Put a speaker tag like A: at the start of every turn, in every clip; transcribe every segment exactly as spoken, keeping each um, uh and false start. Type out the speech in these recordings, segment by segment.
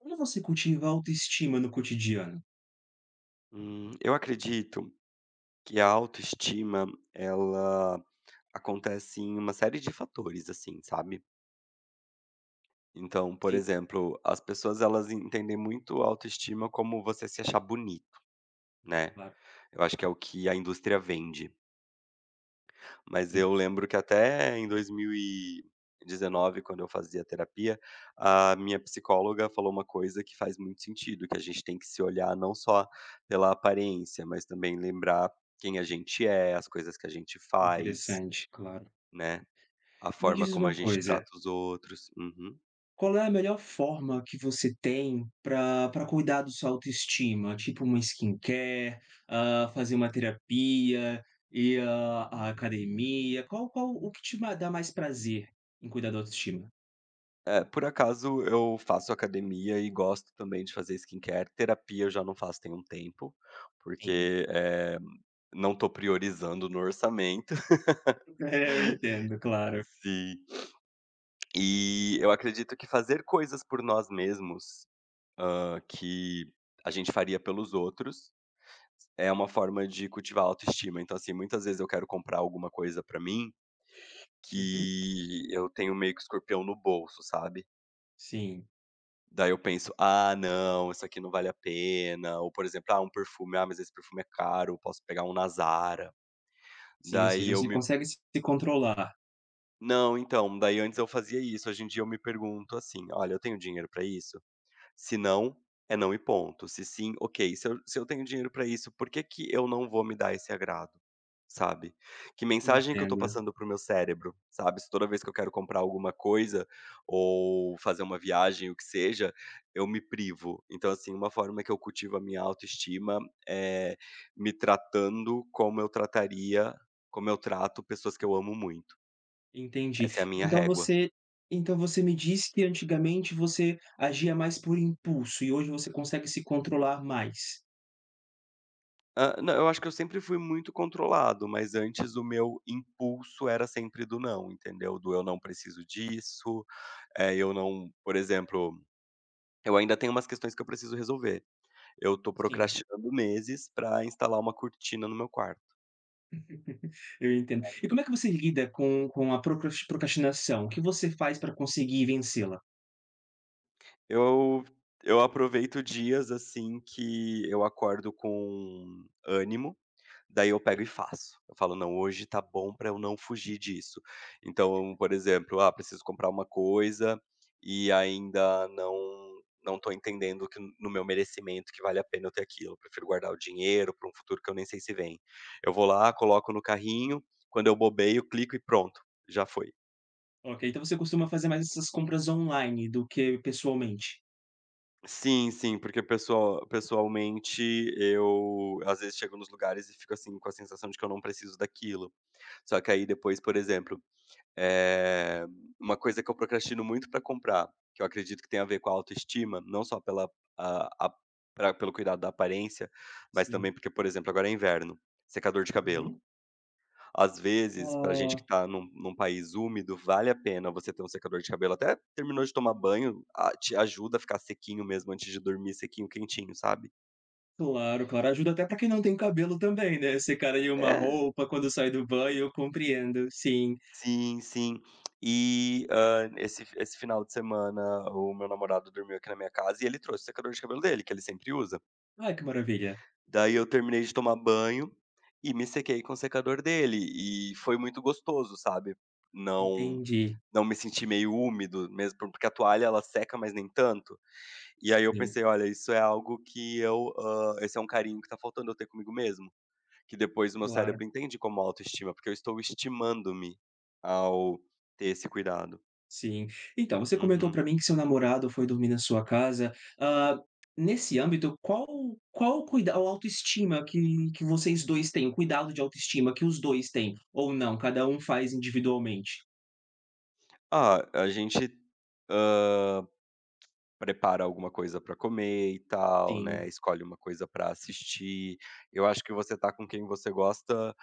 A: Como você cultiva a autoestima no cotidiano?
B: Hum, eu acredito que a autoestima, ela acontece em uma série de fatores, assim, sabe. Então, por
A: Sim,
B: exemplo, as pessoas elas entendem muito a autoestima como você se achar bonito, né.
A: claro,
B: Eu acho que é o que a indústria vende. Mas
A: sim.
B: eu lembro que até em dois mil e dezenove, quando eu fazia terapia, a minha psicóloga falou uma coisa que faz muito sentido, que a gente tem que se olhar não só pela aparência, mas também lembrar quem a gente é, as coisas que a gente faz,
A: Interessante, claro.
B: né, a
A: Me
B: forma
A: diz
B: como a
A: uma
B: gente
A: coisa,
B: trata os outros. Uhum.
A: qual é a melhor forma que você tem para para cuidar da sua autoestima? Tipo uma skincare, hã, fazer uma terapia, ir à à academia, qual qual o que te ma dá mais prazer em cuidar da autoestima?
B: É, por acaso eu faço academia e gosto também de fazer skincare. Terapia eu já não faço tem um tempo,
A: Sim.
B: porque, eh, não tô priorizando no orçamento.
A: É, eu entendo, claro.
B: Sim. E eu acredito que fazer coisas por nós mesmos, hã, que a gente faria pelos outros, é uma forma de cultivar a autoestima. Então, assim, muitas vezes eu quero comprar alguma coisa pra mim,
A: Uhum.
B: que eu tenho meio que escorpião no bolso, sabe.
A: Sim,
B: Daí eu penso: "Ah, não, isso aqui não vale a pena", ou por exemplo: "Ah, um perfume, ah, mas esse perfume é caro, posso pegar um na Zara".
A: sim, ou
B: Daí
A: seja,
B: eu
A: você
B: me
A: consegue se se controlar.
B: Não, então, daí antes eu fazia isso, hoje em dia eu me pergunto assim: "Olha, eu tenho dinheiro pra isso?". Se não, é não e ponto. Se sim, ok. Se eu se eu tenho dinheiro pra isso, por que que eu não vou me dar esse agrado, sabe? Que mensagem que eu tô
A: Entendo.
B: passando para o meu cérebro, sabe? Se toda vez que eu quero comprar alguma coisa ou fazer uma viagem, o que seja, eu me privo. Então, assim, uma forma que eu cultivo a minha autoestima é me tratando como eu trataria como eu trato pessoas que eu amo muito.
A: Entendi.
B: Essa é a minha
A: Então
B: régua.
A: você então você me disse que antigamente você agia mais por impulso e hoje você consegue se controlar mais.
B: Ah, não, eu acho que eu sempre fui muito controlado, mas antes o meu impulso era sempre do não, entendeu? Do eu não preciso disso, eh, eu não por exemplo, eu ainda tenho umas questões que eu preciso resolver. Eu tô
A: Sim,
B: procrastinando meses pra instalar uma cortina no meu quarto.
A: eu entendo. E como é que você lida com com a procras procrastinação? O que você faz para conseguir vencê-la?
B: Eu eu aproveito dias, assim, que eu acordo com ânimo. Daí eu pego e faço. Eu falo: "Não, hoje tá bom pra eu não fugir disso". Então, por exemplo, ah, preciso comprar uma coisa e ainda não não tô entendendo que no meu merecimento que vale a pena eu ter aquilo. Eu prefiro guardar o dinheiro pra um futuro que eu nem sei se vem. Eu vou lá, coloco no carrinho, quando eu bobeio, clico e pronto, já foi.
A: Ok, então você costuma fazer mais essas compras online do que pessoalmente?
B: Sim, sim, porque pessoal pessoalmente eu, às vezes, chego nos lugares e fico, assim, com a sensação de que eu não preciso daquilo. Só que aí depois, por exemplo, Eh, uma coisa que eu procrastino muito para comprar, que eu acredito que tem a ver com a autoestima, não só pela a a pra pelo cuidado da aparência, mas
A: Sim.
B: também porque, por exemplo, agora é inverno, secador de cabelo.
A: Uhum.
B: Às vezes, para gente que
A: Ah,
B: está num num país úmido, vale a pena você ter um secador de cabelo, até terminou de tomar banho, a te ajuda a ficar sequinho mesmo antes de dormir, sequinho, quentinho, sabe.
A: claro, claro. Ajuda até para quem não tem cabelo também, né, secar ali uma
B: É.
A: roupa quando sai do banho, eu compreendo, sim.
B: Sim, sim. E, hã, esse esse final de semana o meu namorado dormiu aqui na minha casa e ele trouxe o secador de cabelo dele, que ele sempre usa.
A: Ah, que maravilha.
B: Daí eu terminei de tomar banho e me sequei com o secador dele e foi muito gostoso, sabe. Não
A: Entendi.
B: não me senti meio úmido mesmo, porque a toalha ela seca, mas nem tanto. E aí eu
A: Sim,
B: pensei: "Olha, isso é algo que eu, hã, esse é um carinho que tá faltando eu ter comigo mesmo", que depois o meu
A: claro,
B: cérebro entende como autoestima, porque eu estou estimando-me ao ter esse cuidado.
A: sim. Então, você comentou para
B: Uhum.
A: mim que seu namorado foi dormir na sua casa. Ah, nesse âmbito, qual qual cuida ou autoestima que que vocês dois têm? O cuidado de autoestima que os dois têm, ou não, cada um faz individualmente?
B: Ah, a gente, hã, prepara alguma coisa pra comer e tal, né,
A: Sim,
B: escolhe uma coisa pra assistir. Eu acho que você tá com quem você gosta,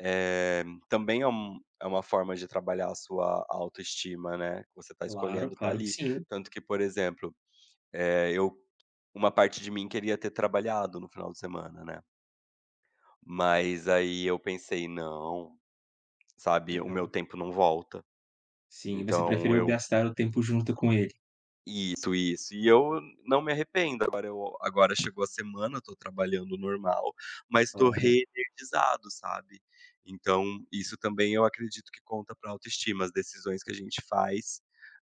B: eh, também é um é uma forma de trabalhar a sua autoestima, né, você tá
A: claro,
B: escolhendo tá
A: claro que
B: ali.
A: sim.
B: Tanto que, por exemplo, eh, eu uma parte de mim queria ter trabalhado no final de semana, né, mas aí eu pensei: "Não", sabe, o meu
A: Aham.
B: tempo não volta,
A: Sim, você
B: então
A: preferiu
B: eu
A: gastar o tempo junto com ele.
B: isso, isso. E eu não me arrependo, agora eu agora chegou a semana, tô trabalhando normal, mas tô
A: Claro,
B: reenergizado, sabe. Então isso também eu acredito que conta pra autoestima, as decisões que a gente faz,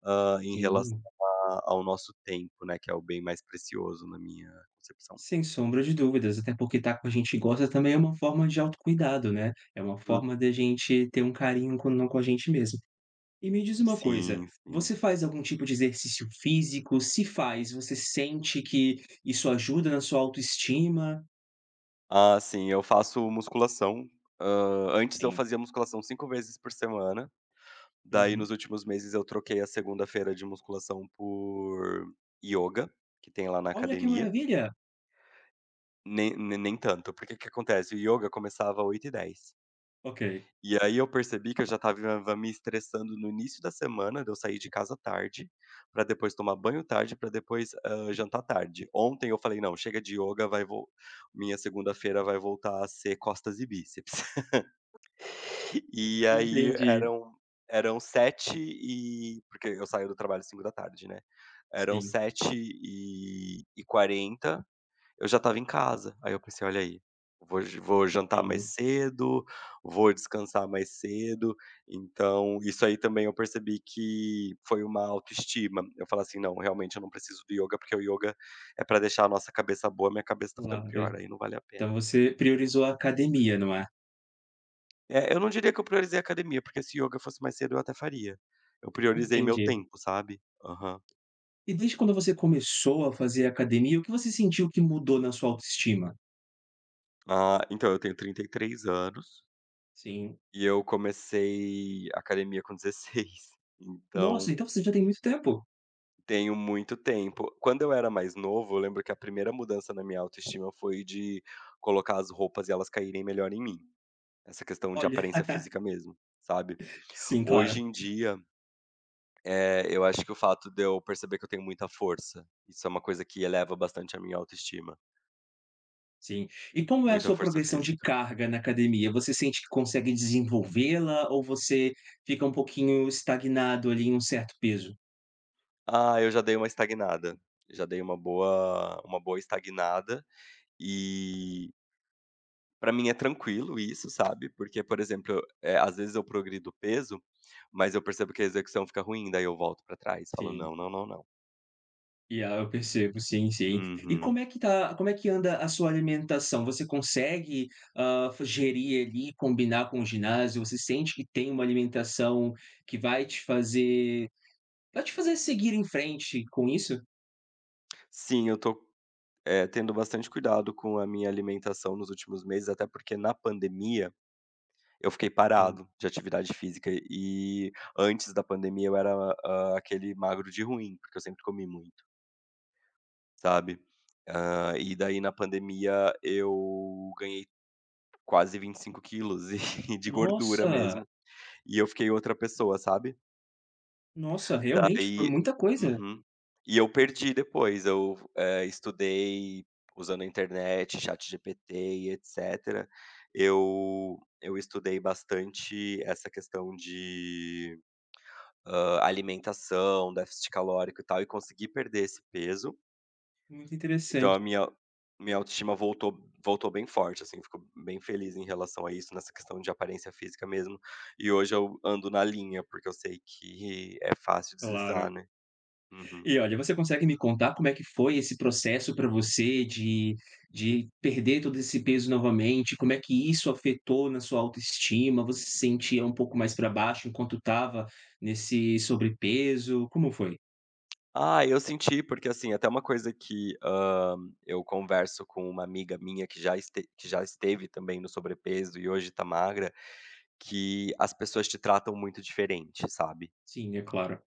B: hã, em relação
A: sim,
B: a- ao nosso tempo, né, que é o bem mais precioso na minha concepção.
A: sem sombra de dúvidas, até porque estar com a gente que gosta também é uma forma de autocuidado, né, é uma
B: Hum.
A: forma da gente ter um carinho com não com a gente mesmo. E me diz uma coisa,
B: Sim, sim.
A: você faz algum tipo de exercício físico? Se faz, você sente que isso ajuda na sua autoestima?
B: Ah, sim, eu faço musculação, hã, antes eu
A: Sim.
B: fazia musculação cinco vezes por semana. Daí, nos
A: Uhum.
B: últimos meses, eu troquei a segunda-feira de musculação por ioga, que tem lá na
A: Olha que
B: academia.
A: maravilha!
B: Nem ne nem tanto, porque o que acontece, o ioga começava às oito e dez.
A: Ok,
B: E aí eu percebi que eu já estava me estressando no início da semana, de eu sair de casa tarde, para depois tomar banho tarde, para depois, hã, jantar tarde. Ontem eu falei: "Não, chega de ioga, vai vol minha segunda-feira vai voltar a ser costas e bíceps". E aí
A: entendi.
B: eram eram sete e porque eu saio do trabalho às cinco da tarde, né. Eram
A: Sim,
B: sete e e quarenta. Eu já estava em casa. Aí eu pensei: "Olha aí, vou j vou jantar mais
A: sim,
B: cedo, vou descansar mais cedo". Então isso aí também eu percebi que foi uma autoestima. Eu falar assim: "Não, realmente eu não preciso do yoga porque o yoga é pra deixar a nossa cabeça boa, minha cabeça tá ficando pior,
A: claro.
B: aí não vale a pena".
A: Então você priorizou a academia, não é?
B: É, eu não diria que eu priorizei a academia, porque se yoga fosse mais cedo eu até faria. Eu priorizei meu
A: Entendi.
B: tempo, sabe? Aham.
A: E desde quando você começou a fazer academia, o que você sentiu que mudou na sua autoestima?
B: Ah, então eu tenho trinta e três anos.
A: Sim.
B: E eu comecei academia com dezesseis,
A: Nossa,
B: então
A: então você já tem muito tempo.
B: tenho muito tempo. Quando eu era mais novo, eu lembro que a primeira mudança na minha autoestima foi de colocar as roupas e elas caírem melhor em mim. Essa questão de
A: Olha.
B: aparência física mesmo, sabe?
A: Sim,
B: Hoje
A: claro.
B: em dia, eh, eu acho que o fato de eu perceber que eu tenho muita força, isso é uma coisa que eleva bastante a minha autoestima,
A: Sim. E como é a
B: muita
A: sua
B: força
A: progressão de
B: física.
A: carga na academia? Você sente que consegue desenvolvê-la ou você fica um pouquinho estagnado ali em um certo peso?
B: Ah, eu já dei uma estagnada, já dei uma boa uma boa estagnada, e pra mim é tranquilo isso, sabe, porque, por exemplo, eh, às vezes eu progrido peso, mas eu percebo que a execução fica ruim, daí eu volto pra trás, falo:
A: Sim.
B: "Não, não, não, não".
A: E ah, eu percebo, sim, sim. E como
B: Uhum.
A: é que tá, como é que anda a sua alimentação? Você consegue, ah, fa- gerir ali, combinar com o ginásio? Você sente que tem uma alimentação que vai te fazer, vai te fazer seguir em frente com isso?
B: Sim, eu tô, eh, tendo bastante cuidado com a minha alimentação nos últimos meses, até porque na pandemia eu fiquei
A: Sim.
B: parado de atividade física e antes da pandemia eu era, hã, aquele magro de ruim, porque eu sempre comi muito, sabe. Hã, e daí na pandemia eu ganhei quase vinte e cinco quilos e de gordura
A: Nossa,
B: mesmo. E eu fiquei outra pessoa, sabe.
A: nossa, realmente foi
B: Daí,
A: muita coisa.
B: uhum. E eu perdi depois, eu, eh, estudei usando a internet, ChatGPT e etcétera. Eu eu estudei bastante essa questão de, hã, alimentação, déficit calórico e tal, e consegui perder esse peso.
A: Muito
B: Então
A: interessante,
B: a minha minha autoestima voltou voltou bem forte, assim, fico bem feliz em relação a isso, nessa questão de aparência física mesmo. E hoje eu ando na linha, porque eu sei que é fácil
A: claro.
B: deslizar, né. Uhum.
A: E olha, você consegue me contar como é que foi esse processo para você de de perder todo esse peso novamente? Como é que isso afetou na sua autoestima? Você se sentia um pouco mais para baixo enquanto estava nesse sobrepeso? Como foi?
B: Ah, eu senti, porque, assim, até uma coisa que, hã, eu converso com uma amiga minha que já este que já esteve também no sobrepeso e hoje tá magra, que as pessoas te tratam muito diferente, sabe.
A: Sim, é claro,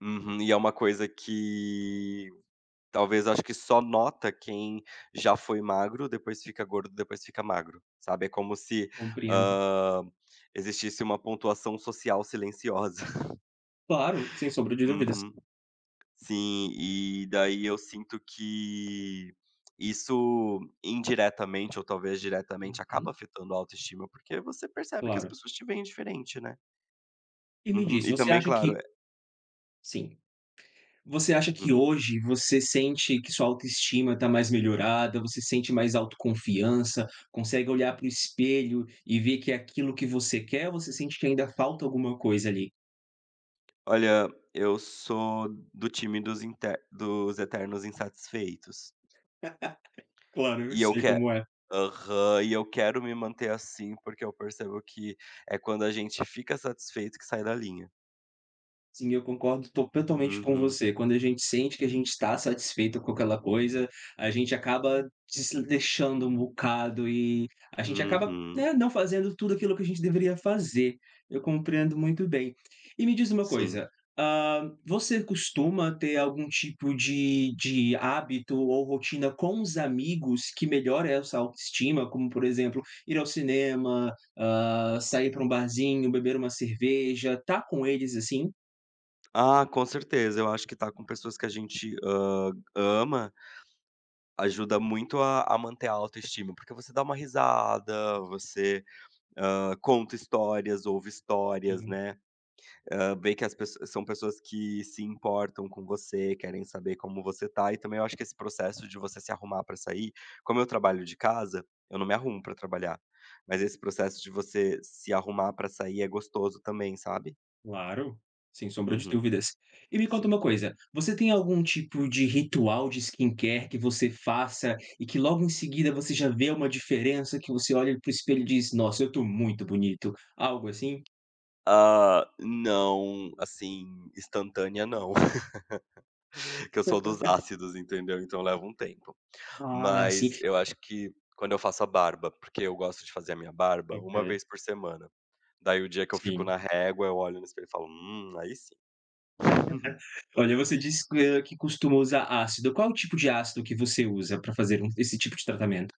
B: Uhum. E é uma coisa que talvez acho que só nota quem já foi magro, depois fica gordo, depois fica magro, sabe, é como se,
A: compreendo.
B: hã, existisse uma pontuação social silenciosa.
A: Claro, sem sombra de dúvidas.
B: Uhum. Sim, e daí eu sinto que isso indiretamente ou talvez diretamente acaba
A: Uhum,
B: afetando a autoestima, porque você percebe que as
A: claro.
B: pessoas te veem diferente, né.
A: E me
B: Uhum.
A: diz,
B: E
A: você
B: também,
A: acha que
B: claro, eh
A: sim. Você acha que
B: hum,
A: hoje você sente que sua autoestima está mais melhorada, você sente mais autoconfiança, consegue olhar para o espelho e ver que é aquilo que você quer, ou você sente que ainda falta alguma coisa ali?
B: olha, eu sou do time dos inter dos eternos insatisfeitos.
A: Claro, eu
B: E eu
A: sei
B: que
A: como é.
B: Aham, e eu quero me manter assim, porque eu percebo que é quando a gente fica satisfeito que sai da linha.
A: Sim, eu concordo totalmente com
B: Uhum,
A: você. Quando a gente sente que a gente está satisfeito com aquela coisa, a gente acaba se deixando um bocado e a gente acaba,
B: uhum,
A: né, não fazendo tudo aquilo que a gente deveria fazer. Eu compreendo muito bem. E me diz uma coisa,
B: sim.
A: hã, você costuma ter algum tipo de de hábito ou rotina com os amigos que melhora essa autoestima, como, por exemplo, ir ao cinema, hã, sair para um barzinho, beber uma cerveja, tá com eles assim?
B: Ah, com certeza, eu acho que estar com pessoas que a gente, hã, ama, ajuda muito a a manter a autoestima, porque você dá uma risada, você, hã, conta histórias, ouve histórias,
A: Sim,
B: né. Hã, ver que as pesso são pessoas que se importam com você, querem saber como você tá e também eu acho que esse processo de você se arrumar pra sair como eu trabalho de casa, eu não me arrumo pra trabalhar, mas esse processo de você se arrumar pra sair é gostoso também, sabe.
A: claro, sem sombra de
B: Uhum,
A: dúvidas. E me conta
B: sim.
A: uma coisa, você tem algum tipo de ritual de skincare que você faça e que logo em seguida você já vê uma diferença que você olha pro espelho e diz: "Nossa, eu tô muito bonito", algo assim?
B: Ah, não, assim, instantânea não, que eu sou dos ácidos, entendeu, então leva um tempo.
A: Ah, sim.
B: Mas eu acho que quando eu faço a barba, porque eu gosto de fazer a minha barba uma
A: Ok,
B: vez por semana. Daí o dia que eu fico
A: sim.
B: na régua, eu olho no espelho e falo: "Hum, aí sim".
A: Olha, você disse que eh, que costuma usar ácido. Qual o tipo de ácido que você usa para fazer um esse tipo de tratamento?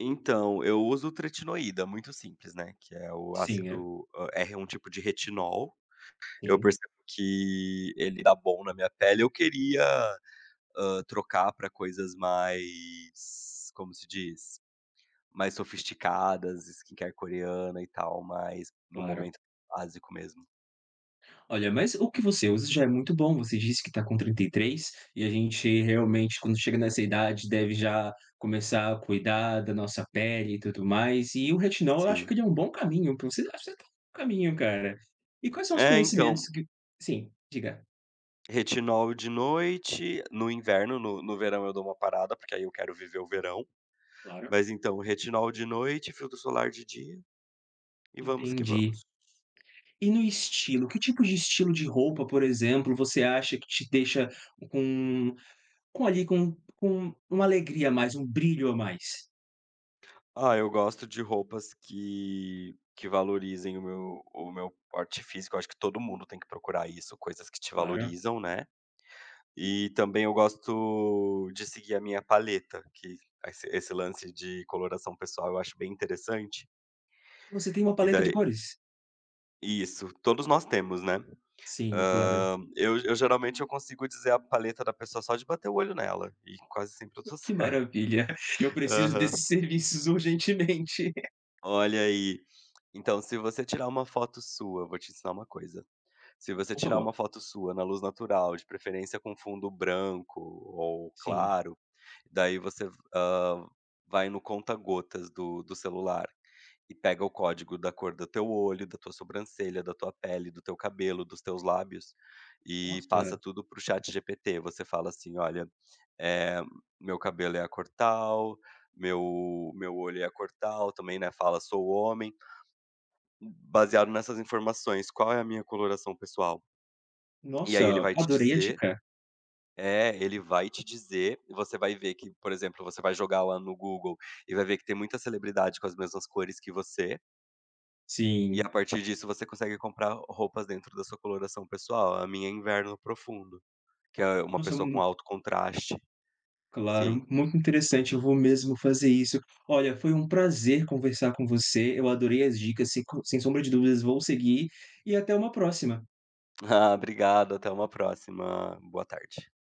B: Então, eu uso tretinoída, muito simples, né, que é o
A: Sim, é.
B: ácido hã, é um tipo de retinol. Eu
A: Sim,
B: percebo que ele dá bom na minha pele. Eu queria, hã, trocar para coisas mais, como se diz? Mais sofisticadas, skincare coreana e tal, mas no
A: claro.
B: momento básico mesmo.
A: Olha, mas o que você usa já é muito bom. Você disse que está com trinta e três e a gente realmente, quando chega nessa idade, deve já começar a cuidar da nossa pele e tudo mais. E o retinol, eu acho
B: Sim.
A: que ele é um bom caminho para você. Acho que você está no caminho, cara. E quais são os
B: É,
A: conhecimentos
B: então
A: que. Sim, diga.
B: retinol de noite, no inverno, no no verão eu dou uma parada, porque aí eu quero viver o verão,
A: Claro.
B: mas então retinol de noite, filtro solar de dia e vamos que
A: Entendi.
B: vamos.
A: E no estilo, que tipo de estilo de roupa, por exemplo, você acha que te deixa com, com ali, com, com uma alegria a mais, um brilho a mais?
B: Ah, eu gosto de roupas que que valorizem o meu o meu porte físico, eu acho que todo mundo tem que procurar isso, coisas que te
A: Claro.
B: valorizam, né. E também eu gosto de seguir a minha paleta, que esse esse lance de coloração pessoal eu acho bem interessante,
A: Você tem uma
B: e
A: paleta de
B: daí
A: cores?
B: isso, todos nós temos, né.
A: Sim, claro.
B: Hã, eu eu geralmente eu consigo dizer a paleta da pessoa só de bater o olho nela, e quase sempre eu tô
A: Que
B: certo.
A: maravilha. Eu preciso
B: Aham.
A: desses serviços urgentemente.
B: Olha aí, então se você tirar uma foto sua vou te ensinar uma coisa, se você
A: Por
B: tirar
A: favor.
B: uma foto sua na luz natural, de preferência com fundo branco ou
A: Sim.
B: claro, daí você, hã, vai no conta gotas do do celular e pega o código da cor do teu olho, da tua sobrancelha, da tua pele, do teu cabelo, dos teus lábios, e
A: Nossa,
B: passa tudo para o ChatGPT. Você fala assim: "Olha, eh, meu cabelo é a cor tal, meu meu olho é a cor tal", também, né, fala: "Sou homem", baseado nessas informações, qual é a minha coloração pessoal? E
A: nossa,
B: aí ele vai te
A: adorei a
B: dizer
A: dica.
B: é, ele vai te dizer, e você vai ver que, por exemplo, você vai jogar lá no Google e vai ver que tem muita celebridade com as mesmas cores que você. E
A: Sim.
B: a partir disso você consegue comprar roupas dentro da sua coloração pessoal. A minha é inverno profundo, que é uma
A: Nossa,
B: pessoa com
A: mu
B: alto contraste.
A: claro,
B: Sim.
A: muito interessante, eu
B: Uhum.
A: vou mesmo fazer isso. Olha, foi um prazer conversar com você, eu adorei as dicas, sem co sem sombra de dúvidas, vou seguir e até uma próxima.
B: Ah, obrigado, até uma próxima. Boa tarde.